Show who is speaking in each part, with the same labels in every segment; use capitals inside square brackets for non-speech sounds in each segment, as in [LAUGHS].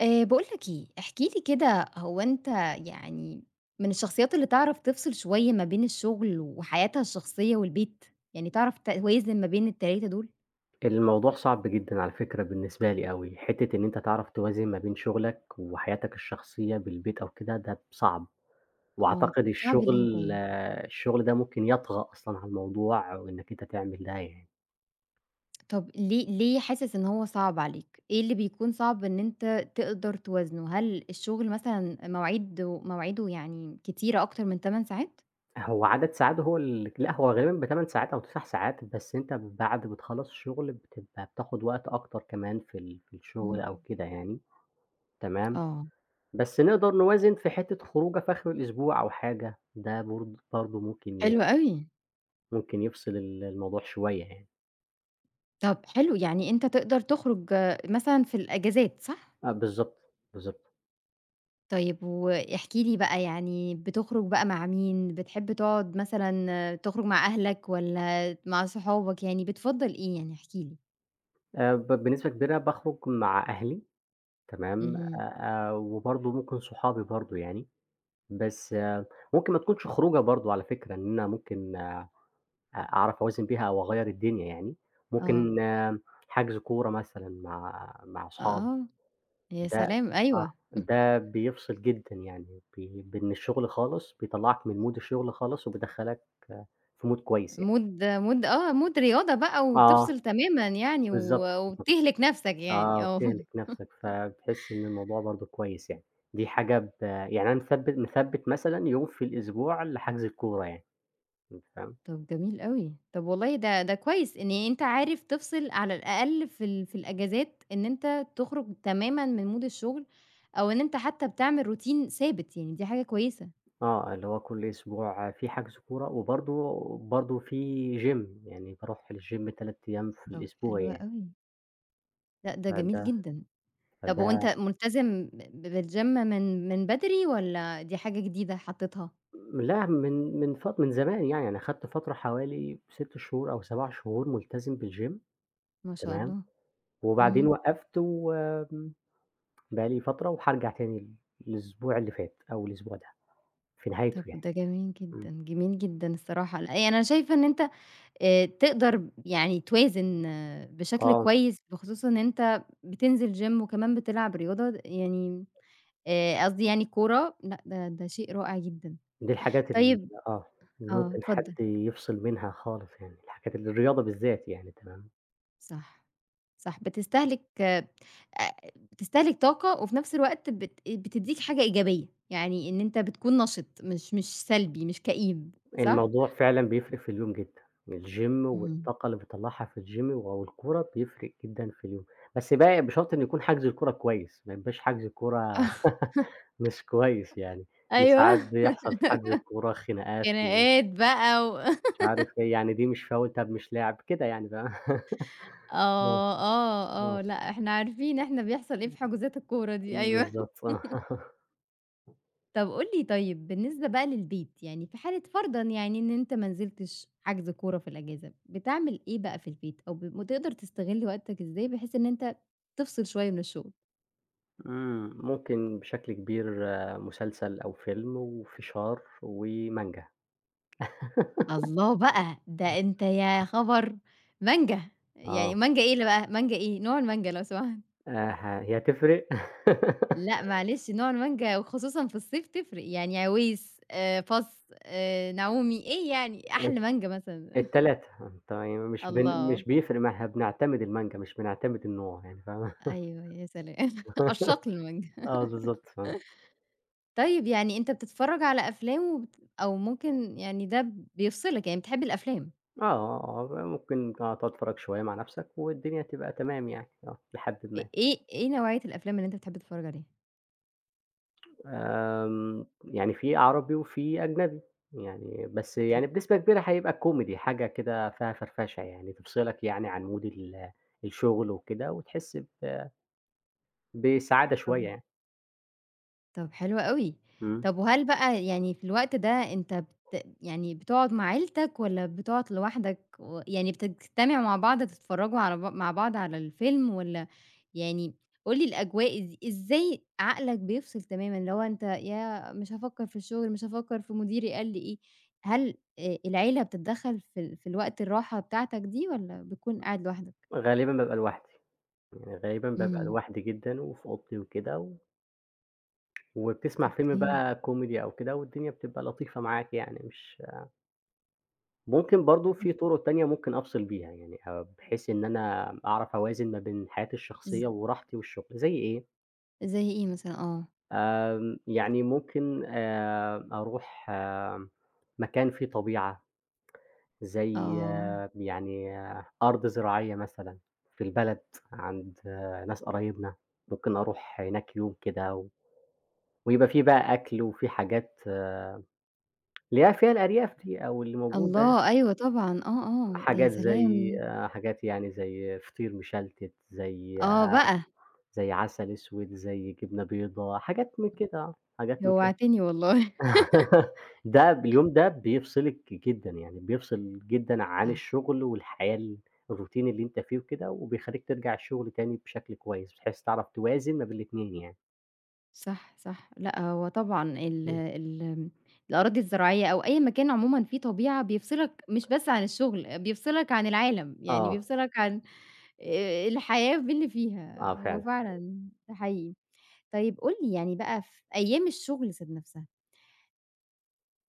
Speaker 1: باقول لك إيه، احكِ لي كده هو أنت يعني من الشخصيات اللي تعرف تفصل شوية ما بين الشغل وحياتها الشخصية والبيت؟ يعني تعرف توازن ما بين ال3 دول؟
Speaker 2: الموضوع صعب جدًا على فكرة بالنسبة لي أوي، حتّة إن أنت تعرف توازن ما بين شغلك وحياتك الشخصية بالبيت أو كده ده صعب،
Speaker 1: آه،
Speaker 2: وأعتقد
Speaker 1: صعب ليه طيب؟
Speaker 2: الشغل ده ممكن يطغى أصلًا على الموضوع وإنك أنت تعمل ده يعني.
Speaker 1: طب ليه حاسس إن هو صعب عليك؟ إيه اللي بيكون صعب إن أنت تقدر توازنه؟ هل الشغل مثلًا مواعيده يعني كتيرة أكتر من 8 ساعات؟
Speaker 2: هو عدد ساعات هو لأ هو غالبًا بيبقى 8 ساعات أو 9 ساعات، بس أنت بعد ما بتخلّص الشغل بتبقى بتاخد وقت أكتر كمان في في الشغل
Speaker 1: إمم،
Speaker 2: أو كده يعني، تمام،
Speaker 1: آه،
Speaker 2: بس نقدر نوازن في حتّة خروجة في آخر الأسبوع أو حاجة، ده برضه
Speaker 1: حلو أوي.
Speaker 2: ممكن يفصل الموضوع شوية يعني.
Speaker 1: طب حلو، يعني أنت تقدر تخرج مثلًا في الأجازات صح؟
Speaker 2: آه، بالضبط، بالضبط.
Speaker 1: طيب واحكِ لي بقى يعني بتخرج بقى مع مين؟ بتحب تقعد مثلًا تخرج مع أهلك والّا مع صحابك، يعني بتفضّل إيه يعني احكِ لي؟
Speaker 2: بنسبة كبيرة باخرج مع أهلي، تمام،
Speaker 1: اهم.
Speaker 2: وبرضه ممكن صحابي برضه يعني، بس، ممكن ما تكونش خروجة برضه على فكرة إن أنا ممكن أ أعرف أوازن بيها أو أغيّر الدنيا يعني،
Speaker 1: آه،
Speaker 2: ممكن، حجز كورة مثلًا مع صحابي،
Speaker 1: آه، يا
Speaker 2: ده
Speaker 1: سلام
Speaker 2: آه،
Speaker 1: أيوه.
Speaker 2: ده بيفصل جدًا يعني بي ب من الشغل خالص، بيطلّعك من mood الشغل خالص وبيدخّلك في mood كويس يعني.
Speaker 1: مود رياضة بقى
Speaker 2: آه،
Speaker 1: وتفصل تمامًا يعني، و
Speaker 2: بالضبط، بالضبط.
Speaker 1: وتهلك نفسك يعني، آه.
Speaker 2: وبتهلِك نَفْسك، فبتحس إن الموضوع برضه كويس يعني، دي حاجة، يعني أنا مثبِّت مثلًا يوم في الأسبوع لحجز الكورة يعني، أنت فاهم؟
Speaker 1: طب جميل أوي، طب والله ده ده كويس إن أنت عارف تفصل على الأقل في الأجازات، إن أنت تخرج تمامًا من mood الشغل، أو إن أنت حتى بتعمل routine ثابت، يعني دي حاجة كويسة.
Speaker 2: آه، اللي هو كل أسبوع في حجز كورة، وبرضه في gym، يعني باروح الgym 3 أيام في
Speaker 1: طب
Speaker 2: الأسبوع
Speaker 1: حلو
Speaker 2: يعني،
Speaker 1: أوي، لأ ده جميل
Speaker 2: فده
Speaker 1: جدًا. طب وأنت
Speaker 2: فده.
Speaker 1: ملتزم بالgym من بدري والّا دي حاجة جديدة حطيتها؟
Speaker 2: لأ، من زمان يعني، أنا خدت فترة حوالي 6 شهور أو 7 شهور ملتزم بالgym،
Speaker 1: ما شاء
Speaker 2: تمام،
Speaker 1: الله،
Speaker 2: وبعدين
Speaker 1: اهم.
Speaker 2: وقّفت وآمم بقى لي فترة وهارجع تاني الأسبوع اللي فات أو الأسبوع ده، في نهايته
Speaker 1: طب ده
Speaker 2: يعني.
Speaker 1: جميل
Speaker 2: إمم.
Speaker 1: جدًا، جميل جدًا الصراحة. لأ يعني أنا شايفة إن أنت تقدر يعني توازن، آه، بشكل
Speaker 2: آه،
Speaker 1: كويس، بخصوص إن أنت بتنزل gym وكمان بتلعب رياضة، يعني قصدي يعني كورة. لأ ده ده شيء رائع جدًا.
Speaker 2: دي الحاجات، ال
Speaker 1: طيب
Speaker 2: آه، اللي
Speaker 1: آه،
Speaker 2: ممكن حد
Speaker 1: اتفضل.
Speaker 2: يفصل منها خالص يعني، الحاجات، الرياضة بالذات يعني، تمام،
Speaker 1: صح، صح، بتستهلك بتستهلك طاقة، وفي نفس الوقت بتدّيك حاجة إيجابية، يعني إن أنت بتكون نشِط، مش سلبي، مش كئيب، صح؟
Speaker 2: الموضوع فعلًا بيفرق في اليوم جدًا، الgym
Speaker 1: اهم.
Speaker 2: والطاقة اللي بتطلّعها في الgym أو الكورة بيفرق جدًا في اليوم، بس بقى بشرط إن يكون حجز الكورة كويس، ما يبقاش حجز الكورة
Speaker 1: [LAUGHS]
Speaker 2: [LAUGHS] مش كويس يعني، إن ساعات
Speaker 1: أيوه،
Speaker 2: بيحصل في حجز الكورة خناقات ومش
Speaker 1: خناقات بقى و [LAUGHS]
Speaker 2: عارف إيه، يعني دي مش foul، طب مش لعب، كده يعني فاهم؟ [LAUGHS] آه،
Speaker 1: آه، آه،
Speaker 2: آه،
Speaker 1: آه، لأ إحنا عارفين إحنا بيحصل إيه في حجوزات الكورة دي،
Speaker 2: إمم،
Speaker 1: أيوه. [LAUGHS]
Speaker 2: بالضبط آه. [LAUGHS]
Speaker 1: طب قُل لي، طيب بالنسبة بقى للبيت، يعني في حالة فرضًا يعني إن أنت ما نزلتش حجز كورة في الأجازة، بتعمل إيه بقى في البيت، أو بتقدر تستغل وقتك إزاي بحيث إن أنت تفصل شوية من الشغل؟
Speaker 2: ممكن بشكل كبير مسلسل أو فيلم وفشار ومانجا. [LAUGHS]
Speaker 1: الله بقى، ده أنت يا خبر! مانجا، يعني
Speaker 2: آه،
Speaker 1: مانجا إيه اللي بقى، مانجا إيه، نوع المانجا لو سمحت؟
Speaker 2: ه هي هتفرق؟ [LAUGHS]
Speaker 1: لأ معلش نوع المانجا وخصوصًا في الصيف تفرق، يعني عويس، فص، نعومي، إيه يعني أحلى
Speaker 2: الت
Speaker 1: مانجا مثلًا. [LAUGHS]
Speaker 2: التلاتة أنت، مش
Speaker 1: الله!
Speaker 2: بيفرق، ما إحنا بنعتمد المانجا، مش بنعتمد النوع يعني فاهمة؟
Speaker 1: أيوه يا سلام [LAUGHS]
Speaker 2: [LAUGHS]
Speaker 1: عشاق للمانجا.
Speaker 2: آه، بالضبط فاهم.
Speaker 1: طيب يعني أنت بتتفرج على أفلام، وبت أو ممكن يعني ده بيفصلك، يعني بتحب الأفلام.
Speaker 2: آه، آه، آه، ممكن، تقعد تتفرج شوية مع نفْسك والدنيا تبقى تمام يعني آه، إلى حدٍ
Speaker 1: إ
Speaker 2: ما.
Speaker 1: إيه إيه نوعية الأفلام اللي أنت بتحب تتفرج عليها؟
Speaker 2: يعني في عربي وفي أجنبي، يعني بس
Speaker 1: أوكي.
Speaker 2: يعني بنسبة كبيرة هيبقى كوميدي، حاجة كده فيها فرفشة يعني، تفصلك يعني عن مود الشغل وكده وتحس، ب بسعادة
Speaker 1: طب
Speaker 2: شوية يعني،
Speaker 1: طب حلو أوي.
Speaker 2: إمم،
Speaker 1: طب وهل بقى يعني في الوقت ده أنت بت يعني بتقعد مع عيلتك والّا بتقعد لوحدك، و يعني بتجتمعوا مع بعض تتفرّجوا على ب مع بعض على الفيلم، والّا يعني قُل لي الأجواء إزاي عقلك بيفصل تمامًا، اللي هو أنت ياه! مش هافكّر في الشغل، مش هافكّر في مديري قال لي إيه. هل العيلة بتتدخّل في الوقت الراحة بتاعتك دي، والّا بتكون قاعد لوحدك؟
Speaker 2: غالبًا بابقى لوحدي، يعني غالبًا بابقى
Speaker 1: إمم.
Speaker 2: لوحدي جدًا وفي أوضتي وكده وبتسمع فيلم
Speaker 1: أوكي.
Speaker 2: بقى كوميدي أو كده والدنيا بتبقى لطيفة معاك يعني مش، ممكن برضه
Speaker 1: حلو.
Speaker 2: في طُرق تانية ممكن أفصل بيها يعني، بحيث إن أنا أعرف أوازن ما بين حياتي
Speaker 1: ز
Speaker 2: الشخصية وراحتي والشغل، زي إيه؟
Speaker 1: زي إيه مثلًا؟ آه.
Speaker 2: يعني ممكن أروح، مكان فيه طبيعة، زي،
Speaker 1: آه.
Speaker 2: يعني، أرض زراعية مثلًا في البلد عند، ناس قرايبنا، ممكن أروح هناك يوم كده ويبقى في بقى أكل وفي حاجات، اللي هي فيها الأرياف دي أو اللي موجودة،
Speaker 1: الله! أيوه طبعًا، آه، آه، ده يا
Speaker 2: حاجات زي،
Speaker 1: سلام!
Speaker 2: حاجات يعني زي فطير مشلتت، زي،
Speaker 1: آه بقى،
Speaker 2: زي عسل أسود، زي جبنة بيضا، حاجات من كده، حاجات من كده.
Speaker 1: جوّعتني والله [LAUGHS]
Speaker 2: [LAUGHS] ده اليوم ده بيفصلِك جدًا، يعني بيفصل جدًا عن
Speaker 1: صح،
Speaker 2: الشغل والحياة، الروتين اللي أنت فيه وكده، وبيخلّيك ترجع الشغل تاني بشكل كويس، بحيث تعرف توازن ما بين الاتنين يعني.
Speaker 1: صح، صح، لأ هو طبعًا ال
Speaker 2: إمم.
Speaker 1: ال آمم، الأراضي الزراعية أو أي مكان عمومًا فيه طبيعة بيفصلك، مش بس عن الشغل، بيفصلك عن العالم، يعني
Speaker 2: آه،
Speaker 1: بيفصلك عن الحياة باللي فيها،
Speaker 2: آه
Speaker 1: هو
Speaker 2: فعلًا.
Speaker 1: فعلًا ده حقيقي. طيب قُل لي يعني بقى في أيام الشغل ذات نفسها،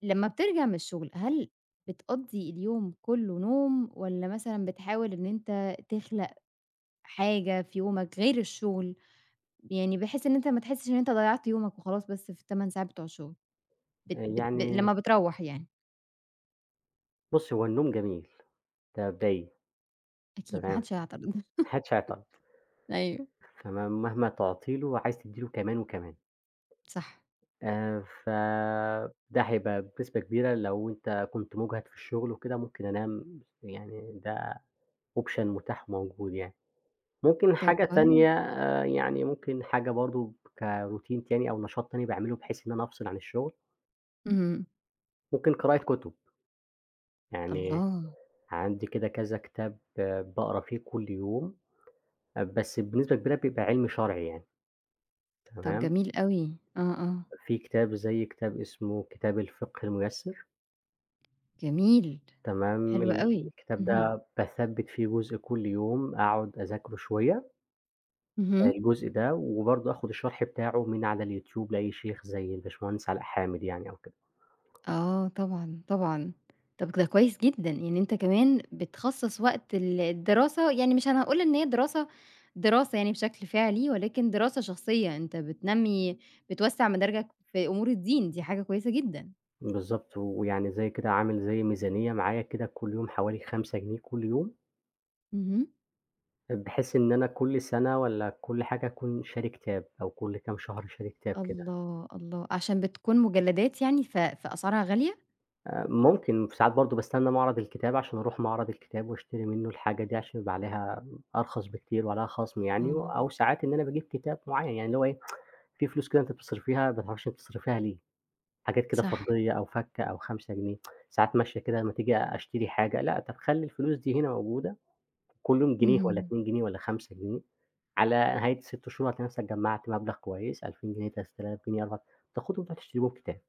Speaker 1: لمّا بترجع من الشغل، هل بتقضّي اليوم كلّه نوم، والّا مثلًا بتحاول إن أنت تخلق حاجة في يومك غير الشغل، يعني بحيث إن أنت ما تحسّش إن أنت ضيّعت يومك وخلاص بس في ال8 ساعات بتوع الشغل، بت بت ب
Speaker 2: يعني
Speaker 1: لمّا بتروّح يعني.
Speaker 2: بُص، هو النوم جميل، ده بداية،
Speaker 1: أكيد ما
Speaker 2: تمام، ما
Speaker 1: حدش هيعترض [LAUGHS]
Speaker 2: حدش هيعترض،
Speaker 1: أيوه،
Speaker 2: تمام، مهما تعطي له عايز تدّي له كمان وكمان.
Speaker 1: صح.
Speaker 2: فده هيبقى بنسبة كبيرة لو أنت كنت مُجهد في الشغل وكده ممكن أنام يعني ده option متاح وموجود يعني. ممكن
Speaker 1: طب
Speaker 2: حاجة
Speaker 1: كويس،
Speaker 2: تانية، يعني ممكن حاجة برضه كroutine تاني أو نشاط تاني باعمله بحيث إن أنا أفصل عن الشغل،
Speaker 1: اهم.
Speaker 2: ممكن قراءة كُتب، يعني
Speaker 1: الله!
Speaker 2: عندي كده كذا كتاب باقرا فيه كل يوم، بس بنسبة كبيرة بيبقى علم شرعي يعني،
Speaker 1: طب
Speaker 2: تمام،
Speaker 1: جميل أوي، آه، آه،
Speaker 2: في كتاب زي كتاب اسمه كتاب الفقه الميسر،
Speaker 1: جميل،
Speaker 2: تمام،
Speaker 1: حلو أوي،
Speaker 2: الكتاب
Speaker 1: اهم،
Speaker 2: ده باثبّت فيه جزء كل يوم، أقعد أذاكره شوية،
Speaker 1: اهم.
Speaker 2: الجزء ده، وبرضه آخد الشرح بتاعه من على اليوتيوب لأي شيخ زي الباشمهندس علاء حامد يعني أو،
Speaker 1: آه طبعًا، طبعًا. طَب ده كويس جدًا، يعني أنت كمان بتخصّص وقت الدراسة، يعني مش هنقول إن هي دراسة، دراسة يعني بشكل فعلي، ولكن دراسة شخصية، أنت بتوسّع مداركك في أمور الدين، دي حاجة كويسة جدًا.
Speaker 2: بالضبط، ويعني زي كده عامل زي ميزانية معايا كده كل يوم حوالي 5 جنيه كل يوم،
Speaker 1: اهم.
Speaker 2: بحيث إن أنا كل سَنة والّا كل حاجة أكون شاري كتاب، أو كل كام شهر شاري كتاب كده.
Speaker 1: الله، الله، عشان بتكون مجلدات يعني فأسعارها غالية؟
Speaker 2: ممكن في ساعات برضه باستنى معرض الكتاب عشان أروح معرض الكتاب وأشتري منه الحاجة دي عشان يبقى عليها أرخص بكتير وعليها خَصم يعني،
Speaker 1: آه،
Speaker 2: أو ساعات إن أنا باجيب كتاب معيّن، يعني اللي هو إيه، في فلوس كده أنتِ بتصرفيها ما تعرفيش أنتِ بتصرفيها ليه، حاجات كده
Speaker 1: صح.
Speaker 2: فضّية أو فكة أو 5 جنيه، ساعات ماشية كده أمّا تيجي أشتري حاجة، لأ طب خلّي الفلوس دي هنا موجودة كل يوم جنيه والّا
Speaker 1: اهم.
Speaker 2: 2 جنيه والّا 5 جنيه، على نهاية 6 شهور هتلاقي نفسك جمّعت مبلغ كويس، 2000 جنيه، 3000 جنيه، 4000، تاخدهم تروح تشتري بيهم كتاب،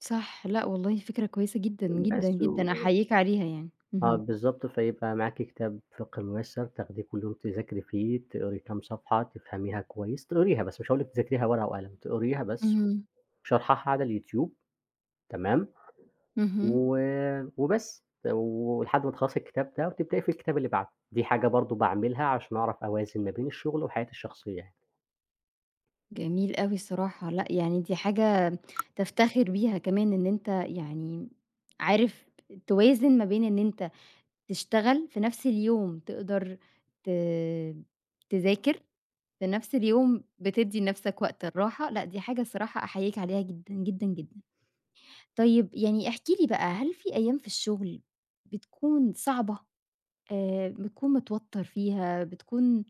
Speaker 1: صح، لأ والله فكرة كويسة جدًا، جدًا،
Speaker 2: بس و،
Speaker 1: جدًا، أحييك عليها يعني.
Speaker 2: آه
Speaker 1: اهم.
Speaker 2: بالضبط، فيبقى معاكِ كتاب فِقه الميسّر تاخديه كل يوم تذاكري فيه، تقري كام صفحة تفهميها كويس، تقريها بس، مش هاقول لِك تذاكريها ورقة وقلم، تقريها بس
Speaker 1: اهم،
Speaker 2: وشرحها على اليوتيوب، تمام،
Speaker 1: اهم.
Speaker 2: و وبس، ولحد ما تخلّصي الكتاب ده وتبدئي في الكتاب اللي بعده، دي حاجة برضه باعملها عشان أعرف أوازن ما بين الشغل وحياتي الشخصية.
Speaker 1: جميل أوي الصراحة، لأ يعني دي حاجة تفتخر بيها كمان، إن أنت يعني عارف توازن ما بين إن أنت تشتغل في نفس اليوم، تقدر ت تذاكر، في نفس اليوم بتدّي لنفسك وقت الراحة، لأ دي حاجة الصراحة أحييك عليها جدًا، جدًا، جدًا. طيب يعني احكِ لي بقى، هل في أيام في الشغل بتكون صعبة، بتكون متوتر فيها، بتكون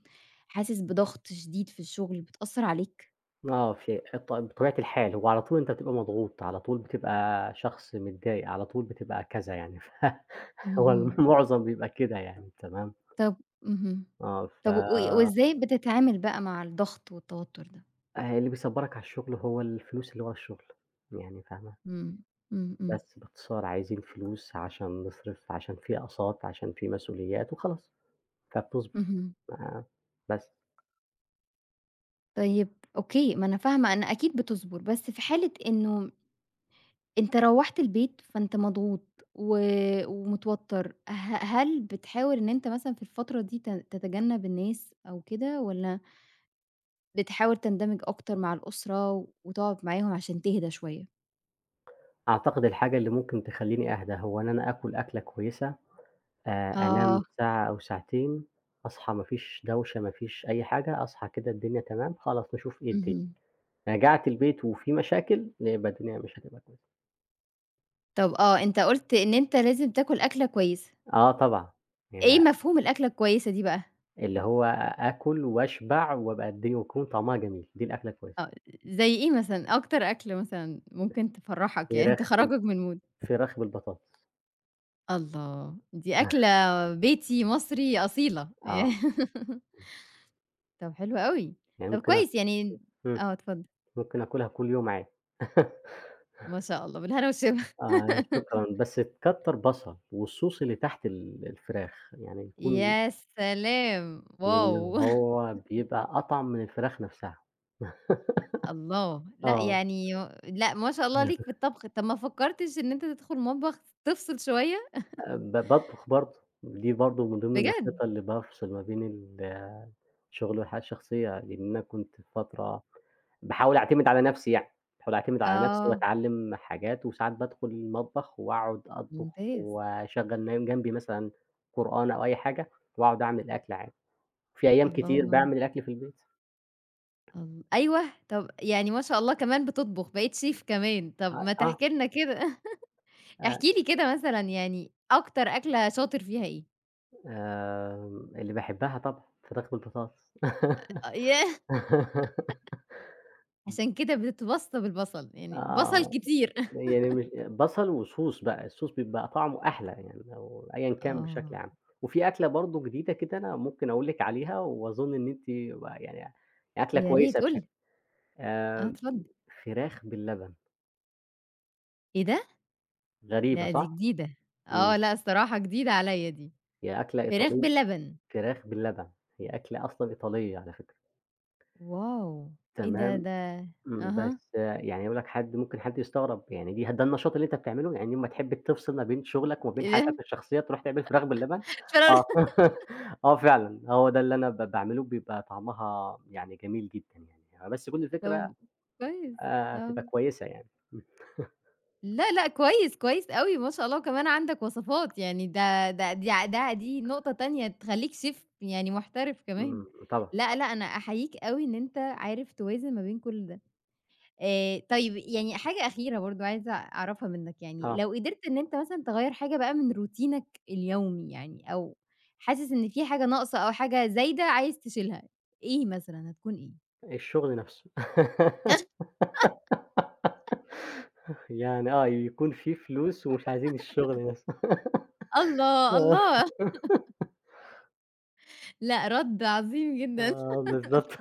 Speaker 1: حاسس بضغط شديد في الشغل بتأثّر عليك؟
Speaker 2: آه، في ط بطبيعة الحال، هو على طول أنت بتبقى مضغوط، على طول بتبقى شخص متضايق، على طول بتبقى كذا يعني، [LAUGHS] فهو
Speaker 1: اهم.
Speaker 2: المعظم بيبقى كده يعني، تمام،
Speaker 1: طب اهم.
Speaker 2: آه، ف
Speaker 1: طب وإزاي بتتعامل بقى مع الضغط والتوتر ده؟
Speaker 2: اللي بيصبّرك على الشغل هو الفلوس اللي ورا الشغل، يعني فاهمة؟
Speaker 1: إمم. إمم، إمم.
Speaker 2: بس باختصار عايزين فلوس عشان نصرف، عشان في أقساط، عشان في مسؤوليات وخلاص، فبتصبر،
Speaker 1: اهم.
Speaker 2: آآ، بس.
Speaker 1: طيب أوكي، ما أنا فاهمة، أنا أكيد بتصبر، بس في حالة إنه أنت روّحت البيت فأنت مضغوط و ومتوتر، هل بتحاول إن أنت مثلًا في الفترة دي تتجنب الناس أو كده، والّا بتحاول تندمج أكتر مع الأسرة وتقعد معاهم عشان تهدى شوية؟
Speaker 2: أعتقد الحاجة اللي ممكن تخلّيني أهدى هو إن أنا آكل أكلة كويسة، أنام
Speaker 1: آه.
Speaker 2: ساعة أو ساعتين، أصحى ما فيش دوشة، ما فيش أي حاجة، أصحى كده الدنيا تمام، خلاص نشوف إيه الدنيا.
Speaker 1: اهم.
Speaker 2: رجعت البيت وفي مشاكل، لأ يبقى الدنيا مش هتبقى كويسة.
Speaker 1: طب آه، أنت قُلت إن أنت لازم تاكل أكلة كويسة.
Speaker 2: آه طبعًا،
Speaker 1: إيه
Speaker 2: يعني
Speaker 1: مفهوم الأكلة الكويسة دي بقى؟
Speaker 2: اللي هو آكل واشبع وابقى الدنيا ويكون طعمها جميل، دي الأكلة الكويسة.
Speaker 1: آه، زي إيه مثلًا؟ أكتر أكلة مثلًا ممكن تفرّحك، يعني
Speaker 2: فراخ بال
Speaker 1: تخرّجك من mood؟
Speaker 2: فراخ بالبطاطس.
Speaker 1: الله! دي أكلة
Speaker 2: [LAUGHS]
Speaker 1: بيتي مصري أصيلة [LAUGHS]
Speaker 2: آه،
Speaker 1: طب حلو أوي،
Speaker 2: يعني
Speaker 1: طب
Speaker 2: ممكن آك
Speaker 1: كويس يعني،
Speaker 2: إمم،
Speaker 1: آه، اتفضل.
Speaker 2: ممكن آكلها كل يوم عادي. [LAUGHS]
Speaker 1: ما شاء الله بالهنا والشفا
Speaker 2: آه
Speaker 1: [LAUGHS]
Speaker 2: شكرًا، بس تكتّر بصل والصوص اللي تحت الفراخ، يعني يكون،
Speaker 1: يا سلام!
Speaker 2: لأنه
Speaker 1: واو!
Speaker 2: هو بيبقى أطعم من الفراخ نفسها.
Speaker 1: الله!
Speaker 2: [LAUGHS]
Speaker 1: لأ
Speaker 2: آه،
Speaker 1: يعني، لأ ما شاء الله ليك في الطبخ. طب ما فكّرتش إن أنت تدخل مطبخ تفصل شوية؟
Speaker 2: باطبخ برضه، دي برضه من ضمن
Speaker 1: بجد؟
Speaker 2: الأنشطة اللي بافصل ما بين الشغل والحياة الشخصية، لإن أنا كنت فترة باحاول أعتمد على نفسي يعني، باحاول أعتمد على نفسي
Speaker 1: آه،
Speaker 2: وأتعلّم حاجات، وساعات بادخل المطبخ وأقعد أطبخ
Speaker 1: ممتاز.
Speaker 2: وأشغّل جنبي مثلًا قرآن أو أي حاجة، وأقعد أعمل أكل عادي، في أيام كتير
Speaker 1: اللهم
Speaker 2: باعمل الأكل في البيت.
Speaker 1: أيوه، طب يعني ما شاء الله كمان بتطبخ، بقيت chef كمان، طب
Speaker 2: آه،
Speaker 1: ما
Speaker 2: آه.
Speaker 1: تحكي لنا كده [LAUGHS]
Speaker 2: آه.
Speaker 1: احكِ لي كده مثلًا، يعني أكتر أكلة شاطر فيها إيه؟
Speaker 2: اللي باحبها طبعًا، فراخ بالبطاطس.
Speaker 1: أ ياه!
Speaker 2: [LAUGHS]
Speaker 1: عشان كده بتتوصّى بالبصل، يعني بصل
Speaker 2: آه،
Speaker 1: كتير [LAUGHS]
Speaker 2: يعني مش بصل وSauce بقى، الSauce بيبقى طعمه أحلى يعني لو أيًا كان بشكل
Speaker 1: آه،
Speaker 2: عام. وفي أكلة برضه جديدة كده أنا ممكن أقول لِك عليها وأظن إن أنتِ بقى يعني أكلة
Speaker 1: يا ريت
Speaker 2: كويسة
Speaker 1: قُل
Speaker 2: بشكل،
Speaker 1: لي، آه
Speaker 2: آمم،
Speaker 1: اتفضل،
Speaker 2: فراخ باللبن،
Speaker 1: إيه ده؟
Speaker 2: غريبة
Speaker 1: لأ دي
Speaker 2: صح؟
Speaker 1: جديدة،
Speaker 2: [LAUGHS] إمم،
Speaker 1: آه لأ الصراحة جديدة عليّا دي،
Speaker 2: هي أكلة
Speaker 1: فراخ
Speaker 2: إيطالية،
Speaker 1: باللبن،
Speaker 2: فراخ باللبن، هي أكلة أصلًا إيطالية على فكرة،
Speaker 1: واو! إيه ده،
Speaker 2: تمام.
Speaker 1: أها،
Speaker 2: بس يعني أقول لك حد ممكن حد يستغرب، يعني دي ده النشاط اللي أنت بتعمله؟ يعني أمّا تحب تفصل ما بين شغلك وما
Speaker 1: [LAUGHS]
Speaker 2: بين
Speaker 1: إيه
Speaker 2: حياتك
Speaker 1: ده؟
Speaker 2: الشخصية تروح تعمل فراخ باللبن؟ آه،
Speaker 1: [UNINTELLIGIBLE]
Speaker 2: [LAUGHS] آه فعلًا، هو ده اللي أنا باعمله بيبقى طعمها يعني جميل جدًا يعني، بس كل الفكرة
Speaker 1: طب كويس، آه.
Speaker 2: تبقى كويسة يعني. إمم،
Speaker 1: لأ، لأ، كويس، كويس أوي ما شاء الله، وكمان عندك وصفات، يعني ده ده دي ع ده دي نقطة تانية تخلّيك شيف يعني محترف كمان.
Speaker 2: إمم، طبعًا،
Speaker 1: لأ، لأ، أنا أحييك أوي إن أنت عارف توازن ما بين كل ده. طيب يعني حاجة أخيرة برضه عايزة أعرفها منّك، يعني
Speaker 2: آه،
Speaker 1: لو قدرت إن أنت مثلًا تغيّر حاجة بقى من روتينك اليومي يعني، أو حاسس إن في حاجة ناقصة أو حاجة زايدة عايز تشيلها، إيه مثلًا هتكون إيه؟
Speaker 2: الشغل نفسه.
Speaker 1: [LAUGHS]
Speaker 2: [LAUGHS] يعني، يكون في فلوس ومش عايزين الشغل نفسه. [LAUGHS]
Speaker 1: الله،
Speaker 2: آه،
Speaker 1: الله! [LAUGHS] لأ، رَد عظيم جدًا.
Speaker 2: آه بالضبط.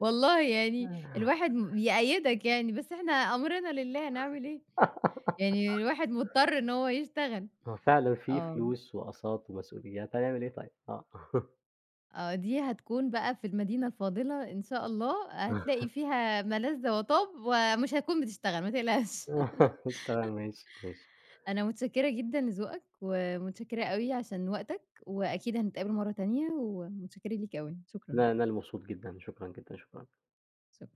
Speaker 1: والله يعني الواحد بيأيّدك يعني، بس إحنا أمرنا لله، هنعمل إيه؟
Speaker 2: [LAUGHS]
Speaker 1: يعني الواحد مضطر إن هو يشتغل.
Speaker 2: هو فعلًا في
Speaker 1: آه،
Speaker 2: فلوس وأقساط ومسؤوليات، هنعمل إيه طيب؟ آه.
Speaker 1: آه، دي هتكون بقى في المدينة الفاضلة إن شاء الله، هتلاقي فيها ما لذ وطاب، ومش هتكون بتشتغل، ما تقلقش. [LAUGHS]
Speaker 2: [LAUGHS] تمام ماشي، ماشي.
Speaker 1: أنا متشكّرة جدًا لذوقك، ومتشكّرة أوي عشان وقتك، وأكيد هنتقابل مرّة تانية، ومتشكّرة ليك أوي، شكرًا،
Speaker 2: أنا اللي مبسوط جدًا، شكرًا جدًا، شكرًا.
Speaker 1: شكرًا.